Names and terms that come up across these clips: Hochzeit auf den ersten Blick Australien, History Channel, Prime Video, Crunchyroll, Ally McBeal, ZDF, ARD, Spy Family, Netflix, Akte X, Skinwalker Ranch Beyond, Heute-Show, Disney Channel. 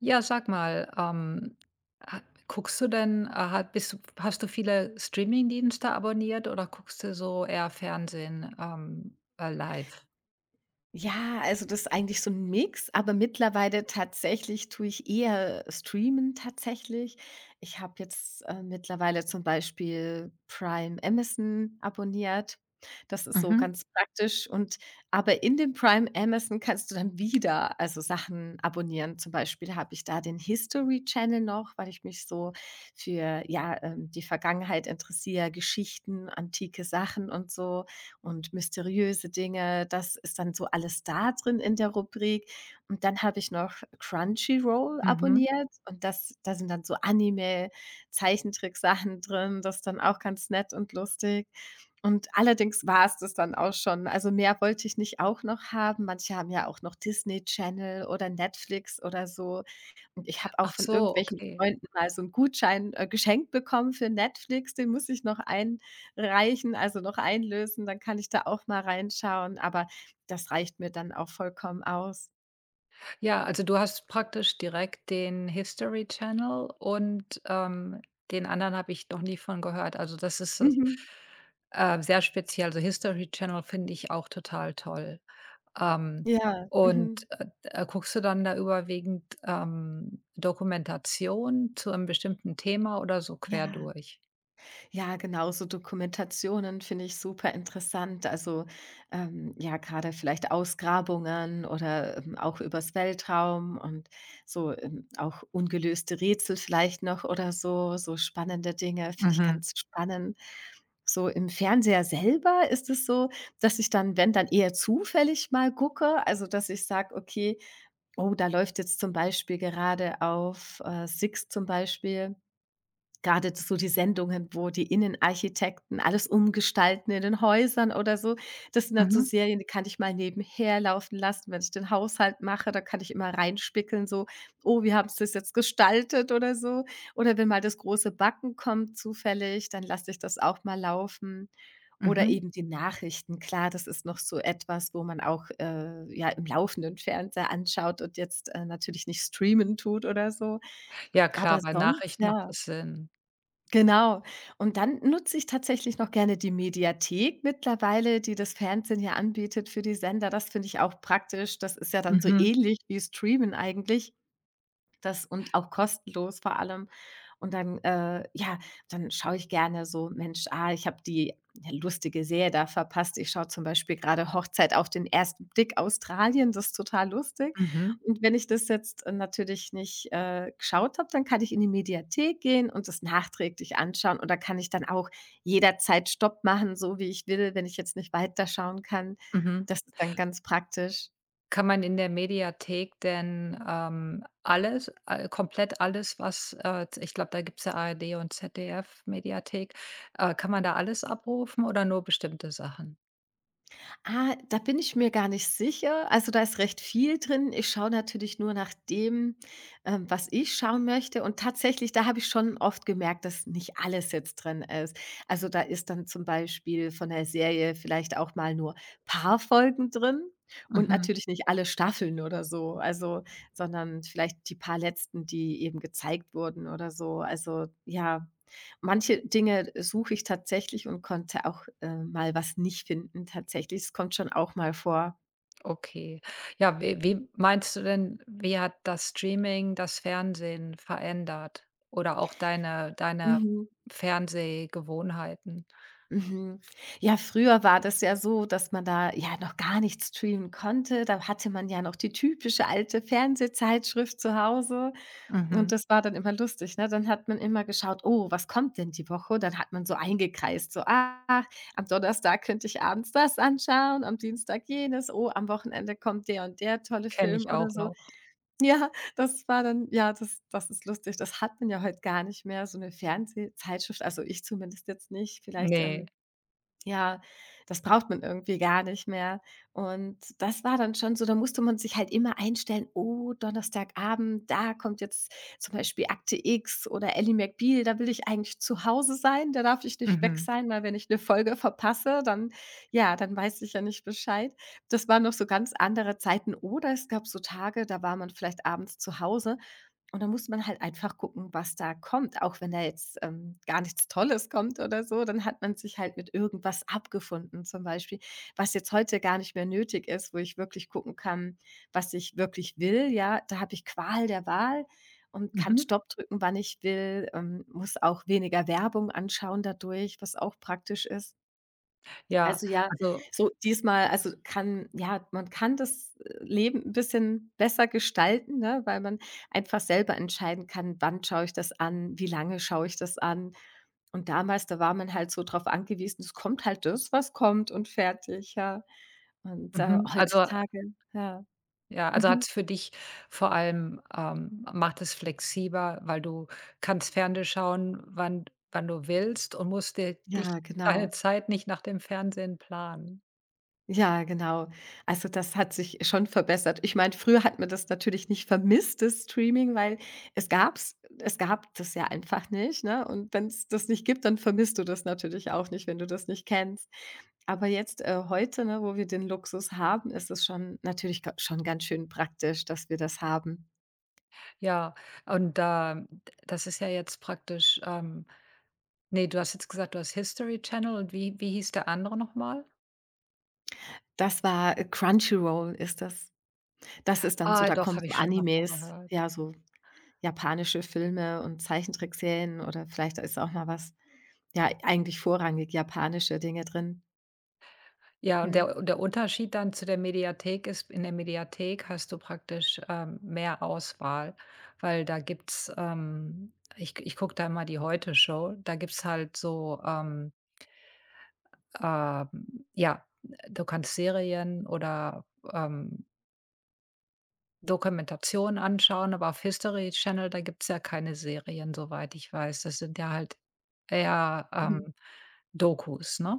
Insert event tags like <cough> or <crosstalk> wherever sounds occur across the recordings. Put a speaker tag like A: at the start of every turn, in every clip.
A: Ja, sag mal, ha guckst du denn ha bist du hast du viele Streamingdienste abonniert oder guckst du so eher Fernsehen, live?
B: Ja, also das ist eigentlich so ein Mix, aber mittlerweile tatsächlich tue ich eher streamen tatsächlich. Ich habe jetzt, mittlerweile zum Beispiel Prime Amazon abonniert. Das ist so
A: Mhm,
B: ganz praktisch und aber in dem Prime Amazon kannst du dann wieder, also, Sachen abonnieren. Zum Beispiel habe ich da den History Channel noch, weil ich mich so für, ja, die Vergangenheit interessiere, Geschichten, antike Sachen und so und mysteriöse Dinge. Das ist dann so alles da drin in der Rubrik. Und dann habe ich noch Crunchyroll
A: mhm.
B: abonniert und das da sind dann so Anime, Zeichentricksachen drin. Das ist dann auch ganz nett und lustig. Und allerdings war es das dann auch schon. Also, mehr wollte ich nicht auch noch haben. Manche haben ja auch noch Disney Channel oder Netflix oder so. Und ich habe auch
A: Ach
B: von
A: so,
B: irgendwelchen
A: okay.
B: Freunden mal so einen Gutschein, geschenkt bekommen für Netflix. Den muss ich noch einreichen, also noch einlösen, dann kann ich da auch mal reinschauen, aber das reicht mir dann auch vollkommen aus.
A: Ja, also du hast praktisch direkt den History Channel und, den anderen habe ich noch nie von gehört. Also,
B: Mhm.
A: sehr speziell. Also, History Channel finde ich auch total toll. Ähm,
B: Ja, mhm.
A: Guckst du dann da überwiegend, Dokumentation zu einem bestimmten Thema oder so quer
B: Ja.
A: durch?
B: Ja, genau, so Dokumentationen finde ich super interessant. Also ja, gerade vielleicht Ausgrabungen oder auch übers Weltraum und so auch ungelöste Rätsel vielleicht noch oder so, so spannende Dinge finde ich
A: Mhm,
B: ganz spannend. So im Fernseher selber ist es so, dass ich dann, wenn dann eher zufällig mal gucke, also dass ich sage, okay, oh, da läuft jetzt zum Beispiel gerade auf Six zum Beispiel gerade so die Sendungen, wo die Innenarchitekten alles umgestalten in den Häusern oder so. Das sind dann so
A: mhm,
B: Serien, die kann ich mal nebenher laufen lassen, wenn ich den Haushalt mache. Da kann ich immer reinspickeln, so: „Oh, wie haben sie das jetzt gestaltet?“ oder so. Oder wenn mal das große Backen kommt zufällig, dann lasse ich das auch mal laufen. Oder
A: mhm.
B: eben die Nachrichten. Klar, das ist noch so etwas, wo man auch, ja, im laufenden Fernseher anschaut und jetzt, natürlich nicht streamen tut oder so.
A: Ja
B: Aber
A: klar, bei
B: sonst,
A: Nachrichten macht
B: ja.
A: es Sinn.
B: Genau. Und dann nutze ich tatsächlich noch gerne die Mediathek mittlerweile, die das Fernsehen ja anbietet für die Sender. Das finde ich auch praktisch. Das ist ja dann so
A: Mhm,
B: ähnlich wie Streamen eigentlich. Das und auch kostenlos vor allem. Und dann, ja, dann schaue ich gerne so: „Mensch, ah, ich habe die ja, lustige Serie da verpasst.“ Ich schaue zum Beispiel gerade „Hochzeit auf den ersten Blick Australien“, das ist total lustig.
A: mhm,
B: Und wenn ich das jetzt, natürlich nicht, geschaut habe, dann kann ich in die Mediathek gehen und das nachträglich anschauen und da kann ich dann auch jederzeit Stopp machen, so wie ich will, wenn ich jetzt nicht weiterschauen kann.
A: mhm.
B: Das ist dann ganz praktisch.
A: Kann man in der Mediathek denn, alles all komplett alles, was, ich glaube, da gibt's ja ARD und ZDF Mediathek. Kann man da alles abrufen oder nur bestimmte Sachen?
B: Ah, da bin ich mir gar nicht sicher. Also, da ist recht viel drin. Ich schaue natürlich nur nach dem, was ich schauen möchte. Und tatsächlich, da habe ich schon oft gemerkt, dass nicht alles jetzt drin ist. Also, da ist dann zum Beispiel von der Serie vielleicht auch mal nur paar Folgen drin und
A: Mhm.
B: natürlich nicht alle Staffeln oder so. Also, sondern vielleicht die paar letzten, die eben gezeigt wurden oder so. Also, ja. Manche Dinge suche ich tatsächlich und konnte auch, mal was nicht finden tatsächlich. Es kommt schon auch mal vor.
A: Okay. Ja, we wie meinst du denn, wie hat das Streaming das Fernsehen verändert oder auch deine
B: Mhm,
A: Fernsehgewohnheiten?
B: mhm. Ja, früher war das ja so, dass man da ja noch gar nicht streamen konnte. Da hatte man ja noch die typische alte Fernsehzeitschrift zu Hause und
A: Mhm.
B: das war dann immer lustig, ne? Dann hat man immer geschaut: „Oh, was kommt denn die Woche?“ Dann hat man so eingekreist, so: „Ach, am Donnerstag könnte ich abends das anschauen, am Dienstag jenes. Oh, am Wochenende kommt der und der tolle
A: Kenne
B: Film“
A: ich
B: oder
A: auch
B: so.
A: noch.
B: Ja, das war dann ja, das das ist lustig. Das hat man ja heute gar nicht mehr, so eine Fernsehzeitschrift, also ich zumindest jetzt nicht. Vielleicht,
A: Ne.
B: ja, das braucht man irgendwie gar nicht mehr. Und das war dann schon so da musste man sich halt immer einstellen: „Oh, Donnerstagabend, da kommt jetzt zum Beispiel Akte X oder Ally McBeal, da will ich eigentlich zu Hause sein, da darf ich nicht weg
A: Mhm,
B: sein, weil wenn ich eine Folge verpasse, dann ja, dann weiß ich ja nicht Bescheid.“ Das waren noch so ganz andere Zeiten. Oder es gab so Tage, da war man vielleicht abends zu Hause und da muss man halt einfach gucken, was da kommt. Auch wenn da jetzt, gar nichts Tolles kommt oder so, dann hat man sich halt mit irgendwas abgefunden, zum Beispiel, was jetzt heute gar nicht mehr nötig ist, wo ich wirklich gucken kann, was ich wirklich will, ja. Da habe ich Qual der Wahl und kann
A: mhm.
B: Stopp drücken, wann ich will, muss auch weniger Werbung anschauen dadurch, was auch praktisch ist.
A: Ja,
B: Also, ja,
A: also
B: so diesmal also, kann ja, man kann das, Leben ein bisschen besser gestalten, ne, weil man einfach selber entscheiden kann: „Wann schaue ich das an? Wie lange schaue ich das an?“ Und damals, da war man halt so drauf angewiesen, es kommt halt das, was kommt und fertig, ja. Und,
A: mhm, also äh,
B: heutzutage ja.
A: ja, also hat
B: Mhm.
A: es für dich vor allem macht es flexibler, weil du kannst Fernsehen schauen, wann du willst und musst dir dich
B: Ja,
A: deine
B: genau.
A: Zeit nicht nach dem Fernsehen planen.
B: Ja, genau. Also, das hat sich schon verbessert. Ich meine, früher hat man das natürlich nicht vermisst, das Streaming, weil es gab das ja einfach nicht, ne? Und wenn es das nicht gibt, dann vermisst du das natürlich auch nicht, wenn du das nicht kennst. Aber jetzt, heute, ne, wo wir den Luxus haben, ist es schon natürlich ga schon ganz schön praktisch, dass wir das haben.
A: Ja, und da Das ist ja jetzt praktisch, ne, du hast jetzt gesagt, du hast History Channel und wie hieß der andere noch mal?
B: Das war, Crunchyroll ist das. Das ist dann so
A: Ah,
B: da
A: doch,
B: kommen
A: habe
B: so
A: ich schon mal von
B: Animes,
A: gehört.
B: ja, so japanische Filme und Zeichentrickserien oder vielleicht ist auch mal was ja, eigentlich vorrangig japanische Dinge drin.
A: Ja, und
B: Mhm.
A: der Unterschied dann zu der Mediathek ist, in der Mediathek hast du praktisch, mehr Auswahl, weil da gibt's, ähm, ich gucke da immer die Heute-Show, da gibt's halt so, ähm ja, du kannst Serien oder, ähm Dokumentation anschauen, aber auf History Channel, da gibt's ja keine Serien, soweit ich weiß. Das sind ja halt eher, Dokus, ne?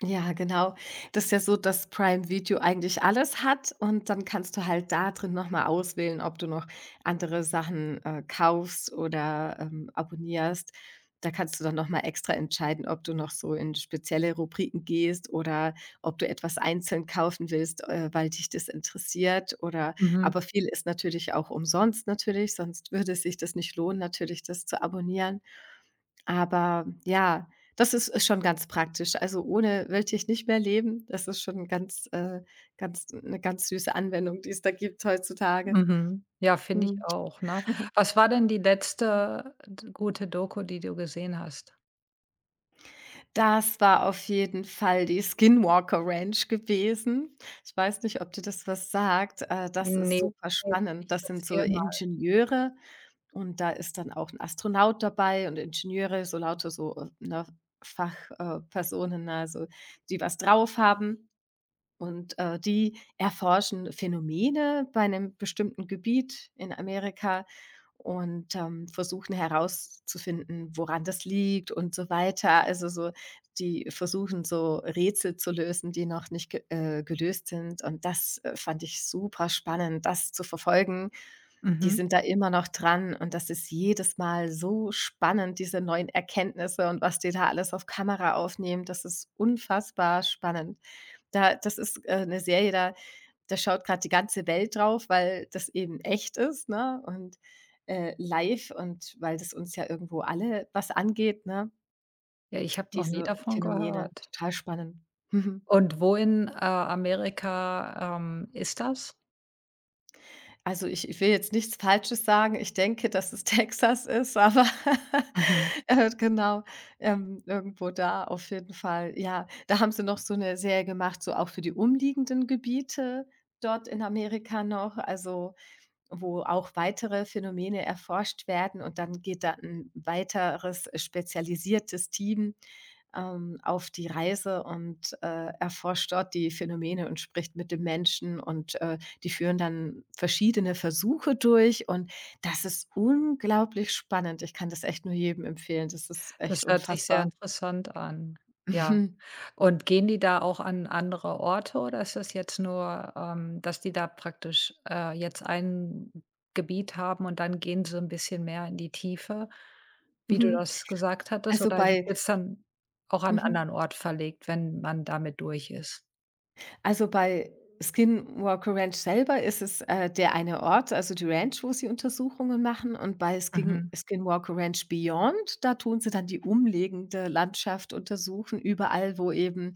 B: Ja, genau. Das ist ja so, dass Prime Video eigentlich alles hat und dann kannst du halt da drin noch mal auswählen, ob du noch andere Sachen, kaufst oder, abonnierst. Da kannst du dann noch mal extra entscheiden, ob du noch so in spezielle Rubriken gehst oder ob du etwas einzeln kaufen willst, weil dich das interessiert oder
A: Mhm,
B: aber viel ist natürlich auch umsonst natürlich, sonst würde sich das nicht lohnen, natürlich das zu abonnieren. Aber ja, das ist schon ganz praktisch. Also, ohne wollte ich nicht mehr leben. Das ist schon ganz ganz eine ganz süße Anwendung, die es da gibt heutzutage.
A: mhm. Ja, finde ich
B: Mhm.
A: auch, ne? Was war denn die letzte d gute Doku, die du gesehen hast?
B: Das war auf jeden Fall die Skinwalker Ranch gewesen. Ich weiß nicht, ob dir das was sagt. Das ist
A: Ne,
B: super
A: jetzt
B: spannend.
A: nicht,
B: Das sind so
A: erzähl mal.
B: Ingenieure und da ist dann auch ein Astronaut dabei und Ingenieure, so lauter so, ne, Fach Personen, also die was drauf haben. Und, die erforschen Phänomene bei einem bestimmten Gebiet in Amerika und, versuchen herauszufinden, woran das liegt und so weiter. Also, so die versuchen so Rätsel zu lösen, die noch nicht ge gelöst sind. Und das, fand ich super spannend, das zu verfolgen. Die
A: Mhm.
B: sind da immer noch dran und das ist jedes Mal so spannend, diese neuen Erkenntnisse und was die da alles auf Kamera aufnehmen. Das ist unfassbar spannend. Da Das ist, 'ne Serie, da schaut gerade die ganze Welt drauf, weil das eben echt ist, ne, und, live und weil das uns ja irgendwo alle was angeht, ne,
A: Ja, ich habe noch nie
B: diese
A: davon
B: Phänomene.
A: gehört.
B: Total spannend. Mhm.
A: Und wo in, Amerika, ist das?
B: Also, ich will jetzt nichts Falsches sagen. Ich denke, dass es <laughs> Texas ist, aber,
A: Mhm.
B: <laughs> genau, irgendwo da auf jeden Fall. Ja, da haben sie noch so eine Serie gemacht, so auch für die umliegenden Gebiete dort in Amerika noch. Also wo auch weitere Phänomene erforscht werden und dann geht da ein weiteres spezialisiertes Team, auf die Reise und, erforscht dort die Phänomene und spricht mit den Menschen und, die führen dann verschiedene Versuche durch und das ist unglaublich spannend. Ich kann das echt nur jedem empfehlen. Das ist
A: Das
B: echt
A: hört sich sehr
B: unfassbar. <laughs>
A: interessant an. Ja.
B: Mhm.
A: Und gehen die da auch an andere Orte oder ist das jetzt nur, dass die da praktisch, jetzt ein Gebiet haben und dann gehen sie ein bisschen mehr in die Tiefe, wie du
B: Mhm.
A: das gesagt hattest?
B: Also
A: Oder gibt
B: bei
A: es dann auch an
B: Mhm.
A: anderen Ort verlegt, wenn man damit durch ist?
B: Also, bei Skinwalker Ranch selber ist es, der eine Ort, also die Ranch, wo sie Untersuchungen machen und bei
A: Mhm.
B: Skinwalker Ranch Beyond, da tun sie dann die umliegende Landschaft untersuchen, überall, wo eben,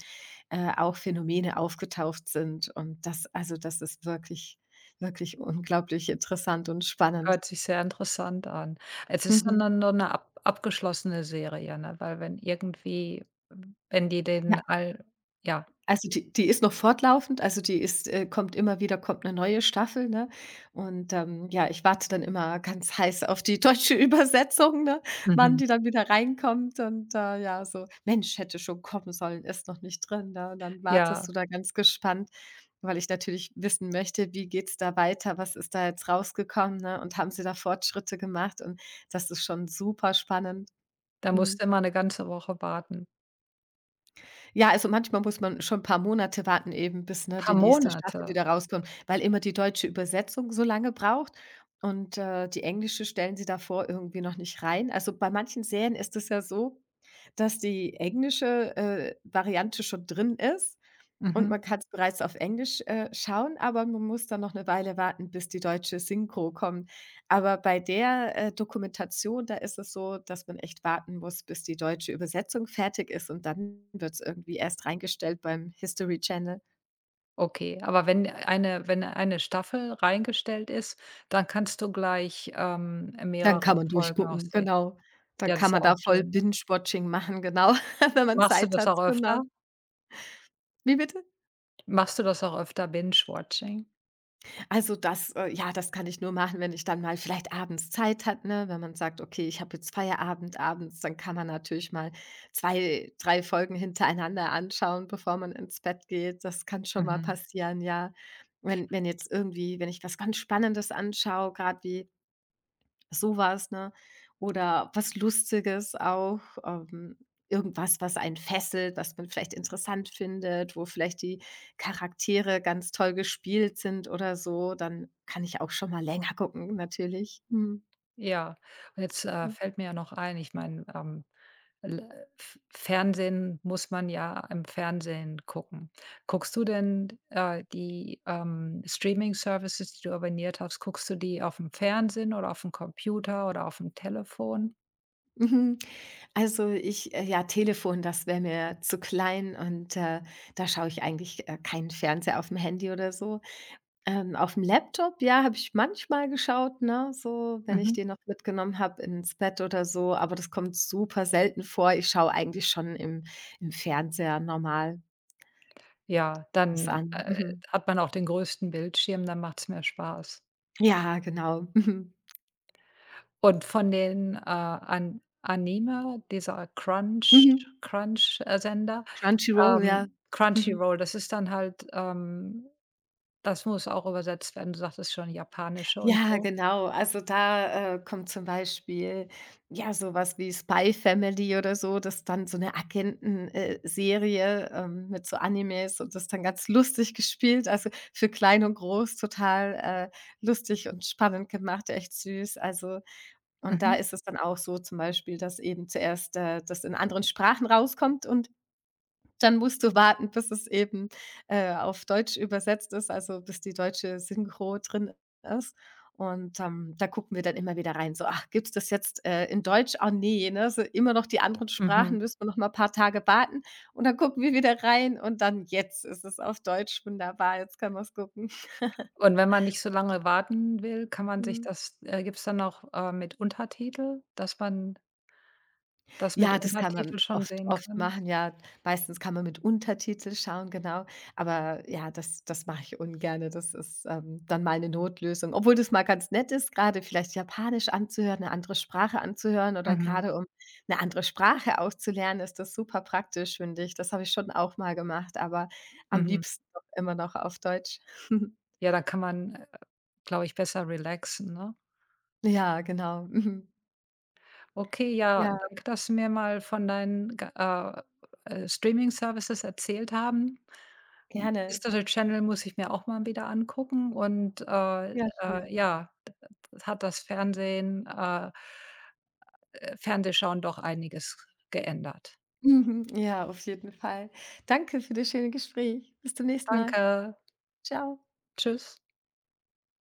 B: auch Phänomene aufgetaucht sind und das also, das ist wirklich, wirklich unglaublich interessant und spannend.
A: Hört sich sehr interessant an. Es ist dann
B: <laughs>
A: nur eine ab abgeschlossene Serie, ne? Weil wenn irgendwie wenn die
B: Ja.
A: den all ja.
B: Also, die ist noch fortlaufend, also, die ist kommt immer wieder kommt eine neue Staffel, ne? Und, ja, ich warte dann immer ganz heiß auf die deutsche <laughs> Übersetzung, ne, wann
A: Mhm.
B: die dann wieder reinkommt und, ja, so: „Mensch, hätte schon kommen sollen, ist noch nicht drin“, ne? Und dann wartest du
A: Ja,
B: da ganz gespannt, weil ich natürlich wissen möchte, wie geht's da weiter? Was ist da jetzt rausgekommen, ne? Und haben sie da Fortschritte gemacht? Und das ist schon super spannend.
A: da musst
B: Mhm.
A: du immer 'ne ganze Woche warten.
B: Ja, also manchmal muss man schon ein paar Monate warten eben, bis, ne,
A: Paar
B: die nächste Staffel
A: Monate?
B: wieder rauskommt, weil immer die deutsche Übersetzung so lange braucht und, die englische stellen sie davor irgendwie noch nicht rein. Also, bei manchen Serien ist es ja so, dass die englische, Variante schon drin ist und
A: Mhm,
B: man kann es bereits auf Englisch, schauen, aber man muss dann noch eine Weile warten, bis die deutsche Synchro kommt. Aber bei der, Dokumentation, da ist es so, dass man echt warten muss, bis die deutsche Übersetzung fertig ist und dann wird es irgendwie erst reingestellt beim History Channel.
A: okay. Aber wenn eine Staffel reingestellt ist, dann kannst du gleich,
B: Dann
A: mehrere
B: kann man
A: Folgen auch
B: durchgucken,
A: sehen.
B: genau. Dann
A: Ja, das
B: kann
A: ist
B: man
A: ja
B: da
A: auch
B: voll
A: schön.
B: Binge-Watching machen, genau, <laughs> wenn man
A: Machst du
B: Zeit
A: das
B: hat,
A: auch
B: genau.
A: öfter?
B: Wie bitte?
A: Machst du das auch öfter, Binge-Watching?
B: Also das ja, das kann ich nur machen, wenn ich dann mal vielleicht abends Zeit hat, ne? Wenn man sagt: „Okay, ich habe jetzt Feierabend abends“, dann kann man natürlich mal 2, 3 Folgen hintereinander anschauen, bevor man ins Bett geht. Das kann schon mal
A: Mhm.
B: passieren, ja. Wenn jetzt irgendwie wenn ich was ganz Spannendes anschaue, gerade wie so was, ne? Oder was Lustiges auch, ähm, irgendwas, was einen fesselt, was man vielleicht interessant findet, wo vielleicht die Charaktere ganz toll gespielt sind oder so, dann kann ich auch schon mal länger gucken natürlich. Mhm.
A: Ja, und jetzt, fällt mir ja noch ein, ich meine, l F Fernsehen muss man ja im Fernsehen gucken. Guckst du denn, die, Streaming-Services, die du abonniert hast, guckst du die auf dem Fernsehen oder auf dem Computer oder auf dem Telefon?
B: Mhm. Also, ich ja, Telefon, das wäre mir zu klein und, da schaue ich eigentlich, keinen Fernseher auf dem Handy oder so. Auf dem Laptop, ja, habe ich manchmal geschaut, ne, so, wenn ich
A: Mhm.
B: den noch mitgenommen habe ins Bett oder so, aber das kommt super selten vor. Ich schaue eigentlich schon im Fernseher normal
A: Ja,
B: was
A: dann,
B: an. Mhm.
A: hat man auch den größten Bildschirm, dann macht's mehr Spaß.
B: Ja, genau. Mhm.
A: Und von den, An Anime, dieser
B: Mhm.
A: Crunch-Sender,
B: Crunchyroll, ja. Mhm.
A: Crunchyroll, das ist dann halt, das muss auch übersetzt werden. Du sagtest schon japanische und
B: Ja,
A: so.
B: genau. Also, da, kommt zum Beispiel, ja, sowas wie Spy Family oder so, das ist dann so eine Agentenserie Serie, mit so Animes und das ist dann ganz lustig gespielt. Also, für klein und groß total, lustig und spannend gemacht, echt süß. Also, und da
A: Mhm,
B: ist es dann auch so zum Beispiel, dass eben zuerst, das in anderen Sprachen rauskommt und dann musst du warten, bis es eben, auf Deutsch übersetzt ist, also bis die deutsche Synchro drin ist. Und, da gucken wir dann immer wieder rein, so: „Ach, gibt's das jetzt, in Deutsch? Ah nee. Ne? So immer noch die anderen
A: mhm.
B: Sprachen, müssen wir noch mal ein paar Tage warten. Und dann gucken wir wieder rein und dann jetzt ist es auf Deutsch. Wunderbar, jetzt können wir's gucken.“
A: Und wenn man nicht so lange warten will, kann man sich
B: <laughs>
A: das gibt's dann auch, mit Untertitel, dass man das mit
B: Ja, das kann man
A: Untertitel schon
B: oft
A: sehen
B: oft
A: kann?
B: machen, ja. Meistens kann man mit Untertitel schauen, genau. Aber ja, das mache ich ungerne. Das ist, dann mal eine Notlösung, obwohl das mal ganz nett ist, gerade vielleicht Japanisch anzuhören, eine andere Sprache anzuhören oder
A: Mhm,
B: gerade um eine andere Sprache auch zu lernen, ist das super praktisch, finde ich. Das habe ich schon auch mal gemacht, aber am
A: mhm.
B: liebsten doch immer noch auf Deutsch. <laughs>
A: Ja, da kann man, glaube ich, besser relaxen, ne?
B: Ja, genau. Mhm.
A: Okay, ja,
B: Ja,
A: danke, dass du mir mal von deinen g Streaming-Services erzählt haben. Hm,
B: gerne.
A: History Channel muss ich mir auch mal wieder angucken und,
B: Ja, schön.
A: ja, d d hat das Fernsehen Fernsehschauen doch einiges geändert.
B: <laughs> Mhm. Ja, auf jeden Fall. Danke für das schöne Gespräch. Bis zum nächsten Mal.
A: Danke.
B: Ciao.
A: Tschüss.